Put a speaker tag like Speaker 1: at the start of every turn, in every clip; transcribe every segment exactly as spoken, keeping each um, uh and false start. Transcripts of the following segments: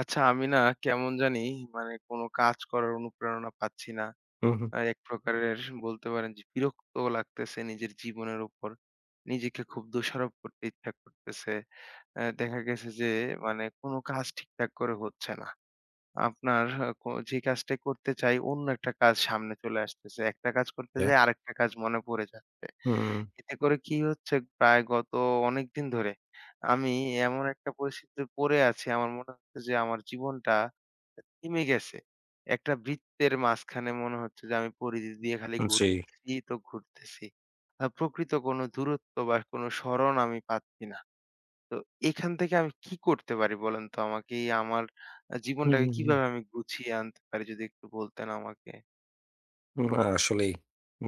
Speaker 1: আচ্ছা, আমি না কেমন জানি, মানে কোনো কাজ করার অনুপ্রেরণা পাচ্ছি না।
Speaker 2: হুম, হুম।
Speaker 1: আ এক প্রকারের বলতে পারেন যে বিরক্ত লাগতেছে নিজের জীবনের উপর। নিজেকে খুব দোষারোপ করতে ইচ্ছা করতেছে। অ্যা দেখা গেছে যে মানে কোনো কাজ ঠিকঠাক করে হচ্ছে না। আপনার আ ক যে কাজটা করতে চাই অন্য একটা কাজ সামনে চলে আসতেছে। একটা কাজ করতে
Speaker 2: Yeah.
Speaker 1: যাই আরেকটা কাজ মনে পড়ে যাচ্ছে।
Speaker 2: হুম,
Speaker 1: এতে করে কি হচ্ছে, প্রায় গত অনেকদিন ধরে আমি এমন একটা পরিস্থিতিতে পড়ে আছি, আমার মনে হচ্ছে যে আমার জীবনটা থেমে গেছে। একটা বৃত্তের মাঝখানে মনে হচ্ছে যে আমি পরিধি দিয়ে খালি
Speaker 2: জি।
Speaker 1: ঘুরতেছি তো ঘুরতেছি। আ প্রকৃত কোনো দূরত্ব বা কোনো সরণ আমি পাচ্ছি না। তো এখান থেকে আমি কি করতে পারি বলেন তো আমাকে? এই আমার আ
Speaker 2: হুম,
Speaker 1: জীবনটাকে
Speaker 2: হুম, হুম।
Speaker 1: কিভাবে আমি গুছিয়ে আনতে পারি যদি একটু বলতেন আমাকে?
Speaker 2: না আসলেই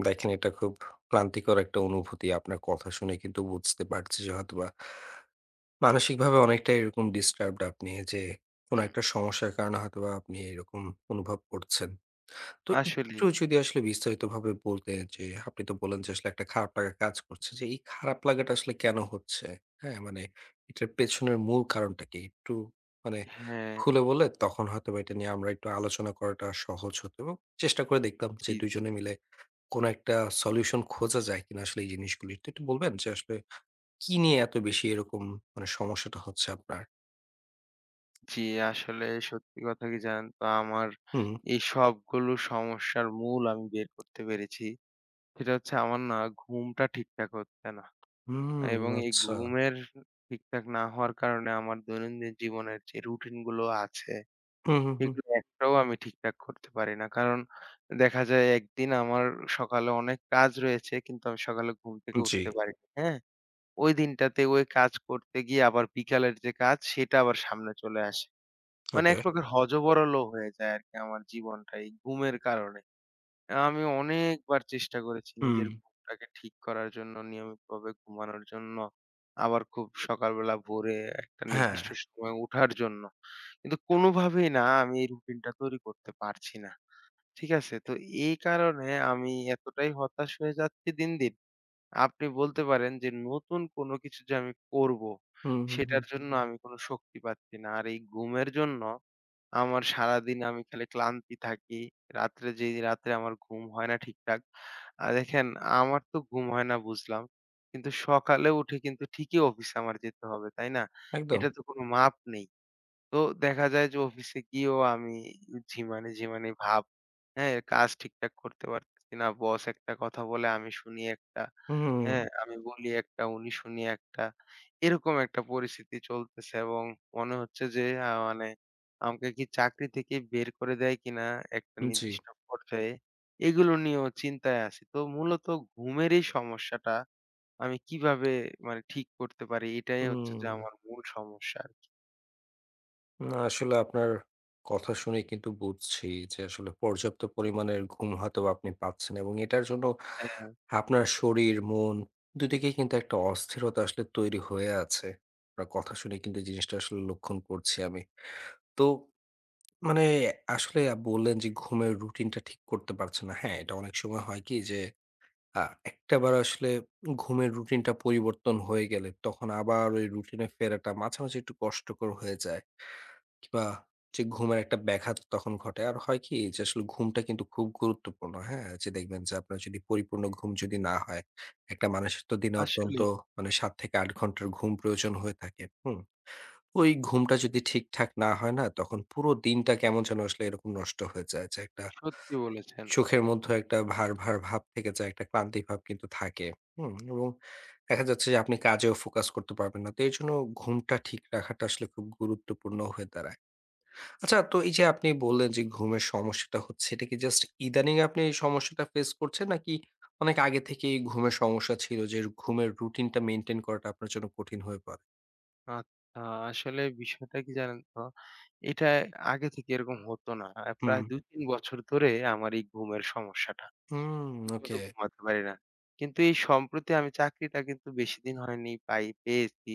Speaker 2: দেখেন এটা খুব ক্লান্তিকর একটা অনুভূতি। আপনার কথা শুনে কিন্তু বুঝতে পারছি যে হয়তোবা মানসিকভাবে অনেকটা এরকম ডিস্টার্বড আপনি যে, কোন একটা সমস্যার কারণে হয়তোবা আপনি এরকম অনুভব করছেন। তো একটু
Speaker 1: আসলেই।
Speaker 2: যদি আসলে বিস্তারিতভাবে বলতেন যে, আপনি তো বললেন যে আসলে একটা খারাপ লাগা কাজ করছে। যে এই খারাপ লাগাটা আসলে কেন হচ্ছে? হ্যাঁ? মানে এটার পেছনের মূল কারণটা কি? একটু মানে
Speaker 1: হ্যাঁ।
Speaker 2: খুলে বললে তখন হয়তোবা এটা নিয়ে আমরা একটু আলোচনা করাটা সহজ হতো এবং চেষ্টা করে দেখতাম যে
Speaker 1: জি,
Speaker 2: দুই
Speaker 1: জি,
Speaker 2: জনে মিলে কোন একটা সলিউশন খোঁজা যায় কিনা আসলে এই জিনিসগুলির। তো একটু বলবেন যে আসলে কি নিয়ে এত বেশি এরকম মানে সমস্যাটা হচ্ছে আপনার?
Speaker 1: জি। আসলে সত্যি কথা কি জানেন তো, আমার
Speaker 2: হুম,
Speaker 1: এই সবগুলো সমস্যার মূল আমি বের করতে পেরেছি। সেটা হচ্ছে আমার না ঘুমটা ঠিকঠাক হচ্ছে না।
Speaker 2: হুম,
Speaker 1: এবং এই
Speaker 2: আচ্ছা।
Speaker 1: ঘুমের ঠিকঠাক না হওয়ার কারণে আমার দৈনন্দিন জীবনের যে রুটিন গুলো আছে,
Speaker 2: হুম, হুম, হুম।
Speaker 1: এগুলো একটাও আমি ঠিকঠাক করতে পারি না। কারণ দেখা যায় একদিন আমার সকালে অনেক কাজ রয়েছে কিন্তু আমি সকালে ঘুম থেকে
Speaker 2: জি,
Speaker 1: উঠতে পারিনি, হ্যাঁ? ওই দিনটাতে ওই কাজ করতে গিয়ে আবার বিকালের যে কাজ সেটা আবার সামনে চলে আসে। মানে
Speaker 2: ওকে।
Speaker 1: এক প্রকার হযবরল হয়ে যায় আরকি আমার জীবনটা এই ঘুমের কারণে। আমি অনেকবার চেষ্টা করেছি
Speaker 2: হুম,
Speaker 1: নিজের ঘুমটাকে ঠিক করার জন্য, নিয়মিতভাবে ঘুমানোর জন্য। আবার খুব সকালবেলা ভোরে একটা
Speaker 2: হ্যাঁ।
Speaker 1: নির্দিষ্ট সময়ে উঠার জন্য। কিন্তু কোনোভাবেই না আমি এই রুটিনটা তৈরি করতে পারছি না। ঠিক আছে? তো এই কারণে আমি এতটাই হতাশ হয়ে যাচ্ছি দিন, দিন। আপনি বলতে পারেন যে নতুন কোনো কিছু যে আমি করব,
Speaker 2: হুম, হুম, হুম।
Speaker 1: সেটার জন্য আমি কোনো শক্তি পাচ্ছি না। আর এই ঘুমের জন্য আমার সারাদিন আমি খালি ক্লান্তি থাকি। রাত্রে যেই রাত্রে আমার ঘুম হয় না ঠিকঠাক। আ দেখেন আমার তো ঘুম হয় না বুঝলাম। কিন্তু সকালে উঠে কিন্তু ঠিকই অফিসে আমার যেতে হবে, তাই না?
Speaker 2: একদম।
Speaker 1: এটা তো কোনো মাপ নেই। তো দেখা যায় যে অফিসে গিয়েও আমি ঝিমানি, ঝিমানি ভাব। হ্যাঁ? কাজ ঠিকঠাক করতে পারতেছি না। বস একটা কথা বলে আমি শুনি একটা,
Speaker 2: হুম,
Speaker 1: হ্যাঁ? আমি বলি একটা, উনি শুনি একটা। এরকম একটা পরিস্থিতি চলতেছে এবং মনে হচ্ছে যে আ মানে আমাকে কি চাকরি থেকে বের করে দেয় কিনা একটা
Speaker 2: জি।
Speaker 1: নির্দিষ্ট পর্যায়ে, এগুলো নিয়েও চিন্তায় আছি। তো মূলত ঘুমের এই সমস্যাটা আমি কিভাবে মানে ঠিক করতে পারি এটাই হচ্ছে যে
Speaker 2: হুম,
Speaker 1: আমার মূল সমস্যা আরকি।
Speaker 2: না আসলে আপনার কথা শুনে কিন্তু বুঝছি যে আসলে পর্যাপ্ত পরিমাণের ঘুম হয়তোবা আপনি পাচ্ছেন এবং এটার জন্য
Speaker 1: হ্যাঁ,
Speaker 2: আপনার শরীর, মন দুই দিকেই কিন্তু একটা অস্থিরতা আসলে তৈরি হয়ে আছে। আপনার কথা শুনে কিন্তু এই জিনিসটা আসলে লক্ষণ করছি আমি। তো মানে আসলে বললেন যে ঘুমের রুটিনটা ঠিক করতে পারছেন না। হ্যাঁ, এটা অনেক সময় হয় কি যে আ একটাবার আসলে ঘুমের রুটিনটা পরিবর্তন হয়ে গেলে, তখন আবার ওই রুটিনে ফেরাটা মাঝে, মাঝে একটু কষ্টকর হয়ে যায়। কিংবা যে ঘুমের একটা ব্যাঘাত তখন ঘটে। আর হয় কি যে আসলে ঘুমটা কিন্তু খুব গুরুত্বপূর্ণ, হ্যাঁ? যে দেখবেন যে আপনার যদি পরিপূর্ণ ঘুম যদি না হয়, একটা মানুষের তো দিনে অত্যন্ত
Speaker 1: আসলেই।
Speaker 2: মানে সাত থেকে আট ঘন্টার ঘুম প্রয়োজন হয়ে থাকে, হুম? ওই ঘুমটা যদি ঠিকঠাক না হয় না, তখন পুরো দিনটা কেমন যেন আসলে এরকম নষ্ট হয়ে যায় যে একটা
Speaker 1: সত্যি বলেছেন।
Speaker 2: চোখের মধ্যেও একটা ভার, ভার ভাব থেকে যায়, একটা ক্লান্তি ভাব কিন্তু থাকে। হুম? এবং দেখা যাচ্ছে যে আপনি কাজেও ফোকাস করতে পারবেন না। তো এজন্য ঘুমটা ঠিক রাখাটা আসলে খুব গুরুত্বপূর্ণ হয়ে দাঁড়ায়। আচ্ছা তো এই যে আপনি বললেন যে ঘুমের সমস্যাটা হচ্ছে, এটা কি জাস্ট ইদানিং আপনি এই সমস্যাটা ফেস করছেন? নাকি অনেক আগে থেকেই ঘুমের সমস্যা ছিল যে ঘুমের রুটিনটা মেইনটেইন করাটা আপনার জন্য কঠিন হয়ে পড়ে?
Speaker 1: আচ্ছা, আসলে বিষয়টা কি জানেন তো? এটা আগে থেকে এরকম হতো না। আ
Speaker 2: হুম।
Speaker 1: প্রায় দুই তিন বছর ধরে আমার এই ঘুমের সমস্যাটা।
Speaker 2: হুম,
Speaker 1: ঠিকমতো
Speaker 2: ওকে।
Speaker 1: ঘুমাতে পারি না। কিন্তু এই সম্প্রতি আমি চাকরিটা কিন্তু বেশিদিন হয়নি পাই পেয়েছি।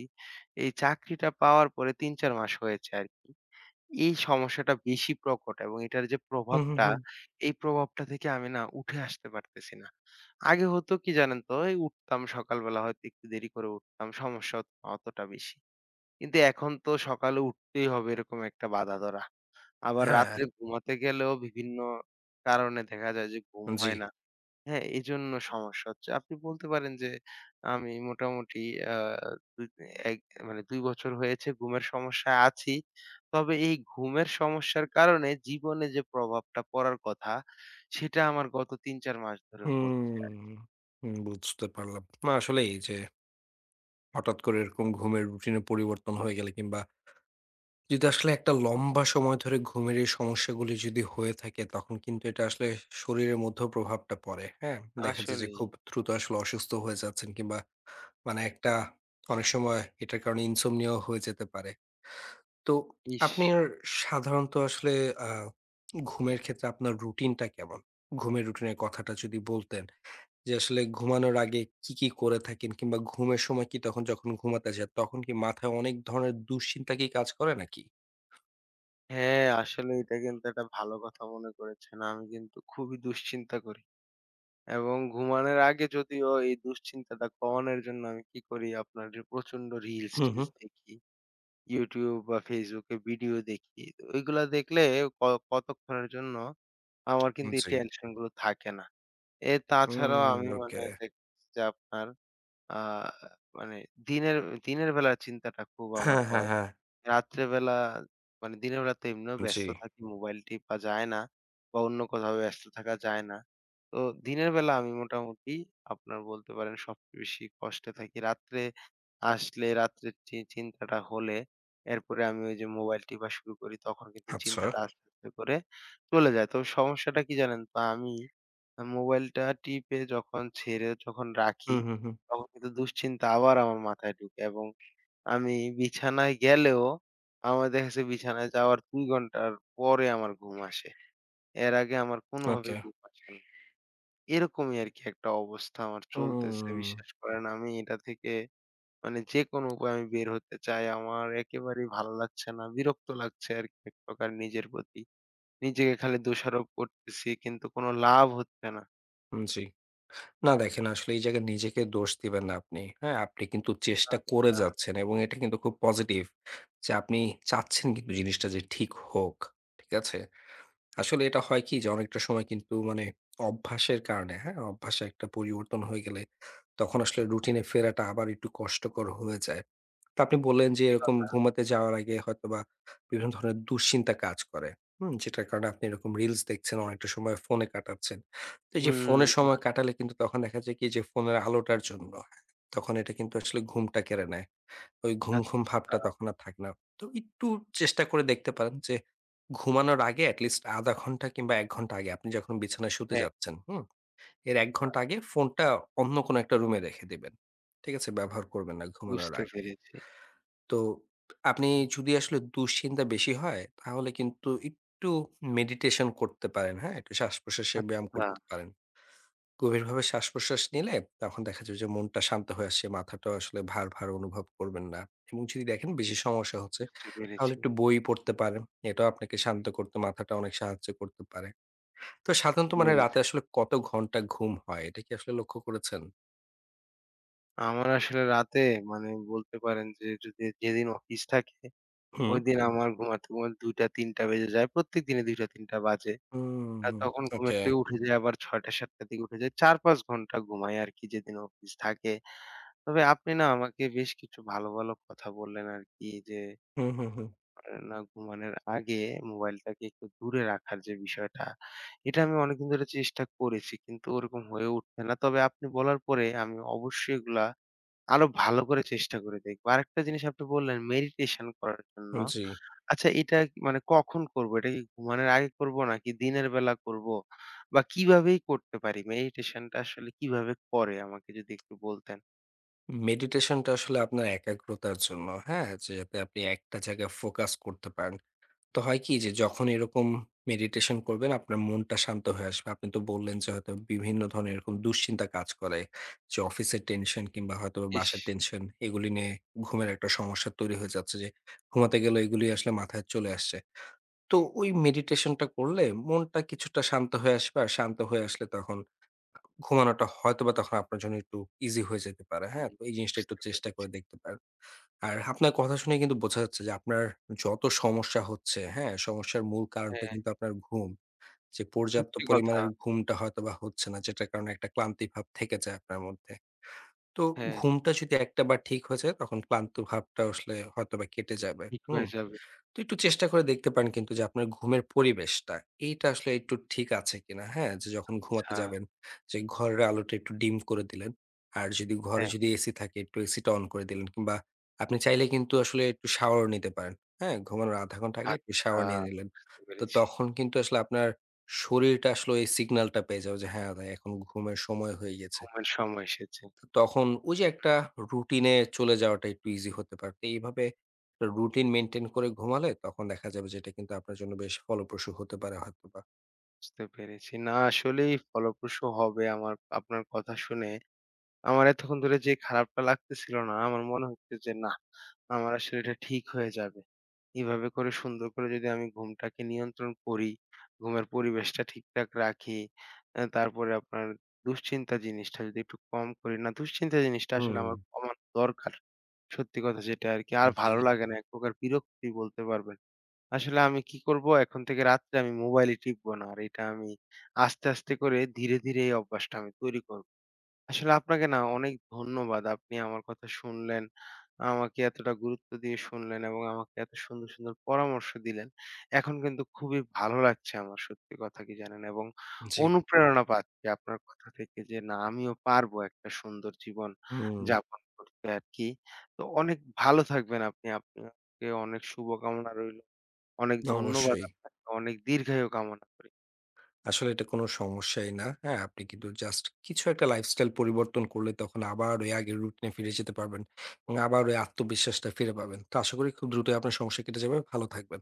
Speaker 1: এই চাকরিটা পাওয়ার পরে তিন চার মাস হয়েছে আরকি। এই সমস্যাটা বেশি প্রকট এবং এটার যে
Speaker 2: হুম, হুম,
Speaker 1: প্রভাবটা,
Speaker 2: হুম।
Speaker 1: হুম। এই প্রভাবটা থেকে আমি না উঠে আসতে পারতেছি না। আগে হতো কি জানেন তো? এই উঠতাম সকালবেলা হয়তো একটু দেরি করে উঠতাম। সমস্যা হতো না অতটা বেশি। কিন্তু এখন তো সকালে উঠতেই হবে এরকম একটা বাঁধা ধরা। আবার
Speaker 2: হ্যাঁ,
Speaker 1: রাত্রে ঘুমাতে গেলেও বিভিন্ন কারণে দেখা যায় যে ঘুম
Speaker 2: জি।
Speaker 1: হয় না। হ্যাঁ, এজন্য সমস্যা হচ্ছে। আপনি বলতে পারেন যে আমি মোটামুটি আ দুই এক মানে দুই বছর হয়েছে ঘুমের সমস্যায় আছি। তবে এই ঘুমের সমস্যার কারণে জীবনে যে প্রভাবটা পড়ার কথা সেটা আমার গত তিন চার মাস ধরে হচ্ছে
Speaker 2: হুম,
Speaker 1: আরকি।
Speaker 2: হুম বুঝতে পারলাম। না আসলেই যে হঠাৎ করে এরকম ঘুমের রুটিনে পরিবর্তন হয়ে গেলে কিংবা যদি আসলে একটা লম্বা সময় ধরে ঘুমের এই সমস্যাগুলি যদি হয়ে থাকে তখন কিন্তু এটা আসলে শরীরের মধ্যেও প্রভাবটা পড়ে। হ্যাঁ? দেখা যায় যে
Speaker 1: আসলেই।
Speaker 2: খুব দ্রুত আসলে অসুস্থ হয়ে যাচ্ছেন কিংবা মানে একটা অনেক সময় এটার কারণে ইনসোমনিয়া হয়ে যেতে পারে। তো
Speaker 1: ইস!
Speaker 2: আপনি আর সাধারণত আসলে আ ঘুমের ক্ষেত্রে আপনার রুটিনটা কেমন? ঘুমের রুটিনের কথাটা যদি বলতেন? যে আসলে ঘুমানোর আগে কি, কি করে থাকেন? কিংবা ঘুমের সময় কি তখন যখন ঘুমাতে যান তখন কি মাথায় অনেক ধরনের দুশ্চিন্তা কি কাজ করে নাকি?
Speaker 1: হ্যাঁ, আসলে এটা কিন্তু একটা ভালো কথা মনে করেছেন। আমি কিন্তু খুবই দুশ্চিন্তা করি। এবং ঘুমানোর আগে যদিও এই দুশ্চিন্তাটা কমানোর জন্য আমি কি করি, আপনার যে প্রচন্ড
Speaker 2: হুম,
Speaker 1: রিলস-টিলস
Speaker 2: হুম।
Speaker 1: দেখি। YouTube বা Facebook এ ভিডিও দেখি। তো ওইগুলা দেখলে ক কতক্ষণের জন্য আমার কিন্তু এই
Speaker 2: জি।
Speaker 1: টেনশন গুলো থাকে না। এ তাছাড়াও
Speaker 2: হুম,
Speaker 1: আমি মানে
Speaker 2: ওকে।
Speaker 1: দেখছি যে আপনার আ মানে দিনের দিনের বেলার চিন্তাটা খুব আমার
Speaker 2: হ্যাঁ, হ্যাঁ,
Speaker 1: হয়।
Speaker 2: হ্যাঁ।
Speaker 1: রাত্রেবেলা মানে দিনের বেলা তো এমনিও
Speaker 2: জি।
Speaker 1: ব্যস্ত থাকি, মোবাইল টিপা যায় না বা অন্য কোথাও ব্যস্ত থাকা যায় না। তো দিনের বেলা আমি মোটামুটি আপনার বলতে পারেন সবচেয়ে বেশি কষ্টে থাকি। রাত্রে আসলে রাত্রের চি চিন্তাটা হলে এরপরে আমি ওই যে মোবাইল টিপা শুরু করি তখন কিন্তু
Speaker 2: আচ্ছা।
Speaker 1: চিন্তাটা আস্তে, আস্তে করে চলে যায়। তবে সমস্যাটা কি জানেন তো? আমি আ মোবাইলটা টিপে যখন ছেড়ে যখন রাখি
Speaker 2: হুম, হুম, হুম।
Speaker 1: তখন কিন্তু দুশ্চিন্তা আবার আমার মাথায় ঢুকে এবং আমি বিছানায় গেলেও আমার দেখা গেছে বিছানায় যাওয়ার দুই ঘন্টার পরে আমার ঘুম আসে। এর আগে আমার
Speaker 2: ওকে।
Speaker 1: কোনোভাবেই ঘুম আসে না। এরকমই আরকি একটা অবস্থা আমার চলতেছে।
Speaker 2: হুম,
Speaker 1: বিশ্বাস করেন আমি এটা থেকে মানে যেকোনো উপায়ে আমি বের হতে চাই। আমার একেবারেই ভালো লাগছে না। বিরক্ত লাগছে আরকি এক প্রকার নিজের প্রতি। নিজেকে খালি দোষারোপ করতেছি কিন্তু কোনো লাভ হচ্ছে না।
Speaker 2: জি। না দেখেন আসলে এই জায়গায় নিজেকে দোষ দিবেন না আপনি। হ্যাঁ? আপনি কিন্তু চেষ্টা করে
Speaker 1: আচ্ছা,
Speaker 2: যাচ্ছেন এবং এটা কিন্তু খুব পজিটিভ যে আপনি চাচ্ছেন কিন্তু জিনিসটা যে ঠিক হোক। ঠিক আছে? আসলে এটা হয় কি যে অনেকটা সময় কিন্তু মানে অভ্যাসের কারণে হ্যাঁ, অভ্যাসে একটা পরিবর্তন হয়ে গেলে তখন আসলে রুটিনে ফেরাটা আবার একটু কষ্টকর হয়ে যায়। তো আপনি বললেন যে
Speaker 1: সত্যি
Speaker 2: এরকম
Speaker 1: কথা।
Speaker 2: ঘুমাতে যাওয়ার আগে হয়তোবা বিভিন্ন ধরনের দুশ্চিন্তা কাজ করে। হুম? যেটার কারণে আপনি এরকম রিলস দেখছেন, অনেকটা সময় ফোনে কাটাচ্ছেন। তো এই যে
Speaker 1: হুম,
Speaker 2: ফোনে সময় কাটালে কিন্তু তখন দেখা যায় কি যে ফোনের আলোটার জন্য, তখন এটা কিন্তু আসলে ঘুমটা কেড়ে নেয়। ওই ঘুম, ঘুম
Speaker 1: আচ্ছা।
Speaker 2: ভাবটা তখন আর থাকে না। তো একটু চেষ্টা করে দেখতে পারেন যে ঘুমানোর আগে এট লিস্ট আধা ঘন্টা কিংবা এক ঘন্টা আগে আপনি যখন বিছানায় শুতে
Speaker 1: হ্যাঁ,
Speaker 2: যাচ্ছেন, হুম? এর এক ঘন্টা আগে ফোনটা অন্য কোনো একটা রুমে রেখে দিবেন। ঠিক আছে? ব্যবহার করবেন না ঘুমানোর
Speaker 1: বুঝতে
Speaker 2: আগে।
Speaker 1: পেরেছি।
Speaker 2: তো আপনি যদি আসলে দুশ্চিন্তা বেশি হয় তাহলে কিন্তু একটু মেডিটেশন করতে পারেন, হ্যাঁ? একটু শ্বাস-প্রশ্বাসের ব্যায়াম
Speaker 1: আচ্ছা।
Speaker 2: করতে পারেন। গভীরভাবে শ্বাস-প্রশ্বাস নিলে তখন দেখা যাবে যে মনটা শান্ত হয়ে আসছে। মাথাটা আসলে ভার, ভার অনুভব করবেন না। এবং যদি দেখেন বেশি সমস্যা হচ্ছে,
Speaker 1: বুঝতে
Speaker 2: তাহলে
Speaker 1: পেরেছি।
Speaker 2: একটু বই পড়তে পারেন। এটাও আপনাকে শান্ত করতে মাথাটা অনেক সাহায্য করতে পারে। তো সাধারণত
Speaker 1: ঠিক
Speaker 2: মানে রাতে
Speaker 1: বলেছেন।
Speaker 2: আসলে কত ঘন্টা ঘুম হয়? এটা কি আসলে লক্ষ্য করেছেন?
Speaker 1: আমার আসলে রাতে মানে বলতে পারেন যে যদি যেদিন অফিস থাকে,
Speaker 2: হুম।
Speaker 1: ওইদিন হুম। আমার ঘুমাতে, ঘুমাতে দুইটা তিনটা বেজে যায়। প্রত্যেকদিনই দুইটা তিনটা বাজে।
Speaker 2: হুম,
Speaker 1: আর তখন ঘুমের
Speaker 2: ওকে।
Speaker 1: থেকে উঠে যাই আবার ছয়টা সাতটার দিকে উঠে যাই। চার পাঁচ ঘন্টা ঘুমাই আরকি যেদিন অফিস থাকে। তবে আপনি না আমাকে বেশ কিছু ভালো, ভালো কথা বললেন আরকি যে
Speaker 2: হুম, হুম, হুম।
Speaker 1: আ না ঘুমানোর আগে মোবাইলটাকে একটু দূরে রাখার যে বিষয়টা, এটা আমি অনেকদিন ধরে চেষ্টা করেছি কিন্তু ওরকম হয়ে উঠছে না। তবে আপনি বলার পরে আমি অবশ্যই এগুলা আরো ভালো করে চেষ্টা করে দেখবো। আরেকটা জিনিস আপনি বললেন মেডিটেশন করার জন্য।
Speaker 2: হুম, জি।
Speaker 1: আচ্ছা এটা কি মানে কখন করবো? এটা কি ঘুমানোর আগে করবো নাকি দিনের বেলা করবো? বা কিভাবেই করতে পারি? মেডিটেশনটা আসলে কিভাবে করে আমাকে যদি একটু বলতেন?
Speaker 2: মেডিটেশনটা আসলে আপনার একাগ্রতার জন্য, হ্যাঁ? যে যাতে আপনি একটা জায়গায় ফোকাস করতে পারেন। তো হয় কি যে যখন এরকম মেডিটেশন করবেন আপনার মনটা শান্ত হয়ে আসবে। আপনি তো বললেন যে হয়তো বিভিন্ন ধরনের এরকম দুশ্চিন্তা কাজ করে। যে অফিসের টেনশন কিংবা হয়তো বা
Speaker 1: ইস!
Speaker 2: বাসার টেনশন এগুলি নিয়ে ঘুমের একটা সমস্যা তৈরি হয়ে যাচ্ছে যে ঘুমাতে গেলে এগুলি আসলে মাথায় চলে আসছে। তো ওই মেডিটেশনটা করলে মনটা কিছুটা শান্ত হয়ে আসবে আর শান্ত হয়ে আসলে তখন ঘুমানোটা হয়তোবা তখন আপনার জন্য একটু ইজি হয়ে যেতে পারে। হ্যাঁ?
Speaker 1: হুম,
Speaker 2: তো এই জিনিসটা
Speaker 1: বুঝতে
Speaker 2: একটু চেষ্টা
Speaker 1: পেরেছি।
Speaker 2: করে দেখতে পারেন। আর আপনার কথা শুনে কিন্তু বোঝা যাচ্ছে যে আপনার যত সমস্যা হচ্ছে, হ্যাঁ? সমস্যার মূল কারণটা
Speaker 1: হ্যাঁ,
Speaker 2: কিন্তু আপনার ঘুম। যে পর্যাপ্ত
Speaker 1: সত্যি কথা।
Speaker 2: পরিমাণের ঘুমটা হয়তোবা হচ্ছে না, যেটার কারণে একটা ক্লান্তি ভাব থেকে যায় আপনার মধ্যে। তো
Speaker 1: হ্যাঁ,
Speaker 2: ঘুমটা যদি একটাবার ঠিক হয়ে যায়, তখন ক্লান্ত ভাবটা আসলে হয়তোবা কেটে যাবে।
Speaker 1: ঠিক হয়ে
Speaker 2: হুম?
Speaker 1: যাবে।
Speaker 2: তো একটু চেষ্টা করে দেখতে পারেন কিন্তু যে আপনার ঘুমের পরিবেশটা এইটা আসলে একটু ঠিক আছে কিনা হ্যাঁ যে যখন ঘুমাতে
Speaker 1: আচ্ছা।
Speaker 2: যাবেন যে ঘরের আলোটা একটু ডিম করে দিলেন আর যদি ঘরে
Speaker 1: হ্যাঁ,
Speaker 2: যদি এসি থাকে একটু এসিটা অন করে দিলেন কিংবা আপনি চাইলে কিন্তু আসলে একটু শাওয়ার নিতে পারেন হ্যাঁ ঘুমানোর আধা ঘন্টা আগে একটু
Speaker 1: আচ্ছা
Speaker 2: শাওয়ার নিয়ে নিলেন
Speaker 1: বুঝতে
Speaker 2: তো
Speaker 1: পেরেছি।
Speaker 2: তখন কিন্তু আসলে আপনার শরীরটা আসলে এই সিগন্যালটা পেয়ে যাবে যে হ্যাঁ ভাই এখন ঘুমের সময় হয়ে গেছে
Speaker 1: ঘুমের সময় এসেছে।
Speaker 2: তখন ওই যে একটা রুটিনে চলে যাওয়াটা একটু ইজি হতে পারত। এইভাবে রুটিন মেইনটেইন করে ঘুমালে তখন দেখা যাবে যে এটা কিন্তু আপনার জন্য বেশ ফলপ্রসূ হতে পারে হয়তোবা।
Speaker 1: বুঝতে পেরেছি। না আসলেই ফলপ্রসূ হবে আমার আপনার কথা শুনে। আমার এতক্ষণ ধরে যে খারাপটা লাগতেছিল না, আমার মনে হচ্ছে যে না, আমার আসলে এটা ঠিক হয়ে যাবে। এভাবে করে সুন্দর করে যদি আমি ঘুমটাকে নিয়ন্ত্রণ করি, ঘুমের পরিবেশটা ঠিকঠাক রাখি, অ্যা তারপরে আপনার দুশ্চিন্তা জিনিসটা যদি একটু কম করি না, দুশ্চিন্তা জিনিসটা আসলে
Speaker 2: হুম,
Speaker 1: আমার কমানো দরকার। সত্যি কথা যেটা আরকি। আর
Speaker 2: জি,
Speaker 1: ভালো লাগে না, এক প্রকার বিরক্তি বলতে পারবেন। আসলে আমি কি করব, এখন থেকে রাত্রে আমি মোবাইলই টিপব না। আর এটা আমি আস্তে, আস্তে করে ধীরে, ধীরে এই অভ্যাসটা আমি তৈরি করব। আসলে আপনাকে না অনেক ধন্যবাদ। আপনি আমার কথা শুনলেন। আমাকে এতটা গুরুত্ব দিয়ে শুনলেন এবং আমাকে এত সুন্দর, সুন্দর পরামর্শ দিলেন। এখন কিন্তু খুবই ভালো লাগছে আমার, সত্যি কথা কি জানেন? এবং
Speaker 2: জি।
Speaker 1: অনুপ্রেরণা পাচ্ছি আপনার কথা থেকে যে না আমিও পারবো একটা সুন্দর জীবন
Speaker 2: হুম,
Speaker 1: যাপন করতে আরকি। তো অনেক ভালো থাকবেন আপনি। আপনাকে অনেক শুভকামনা রইলো। অনেক ধন্যবাদ
Speaker 2: অবশ্যই।
Speaker 1: আপনাকে। অনেক দীর্ঘায়ু কামনা করি।
Speaker 2: আসলে এটা কোনো সমস্যাই না। হ্যাঁ, আপনি কিন্তু জাস্ট কিছু একটা লাইফস্টাইল পরিবর্তন করলে তখন আবার ওই আগের রুটিনে ফিরে যেতে পারবেন এবং আবার ওই আত্মবিশ্বাসটা ফিরে পাবেন। তো আশা করি খুব দ্রুতই আপনার সমস্যা কেটে যাবে। ভালো থাকবেন।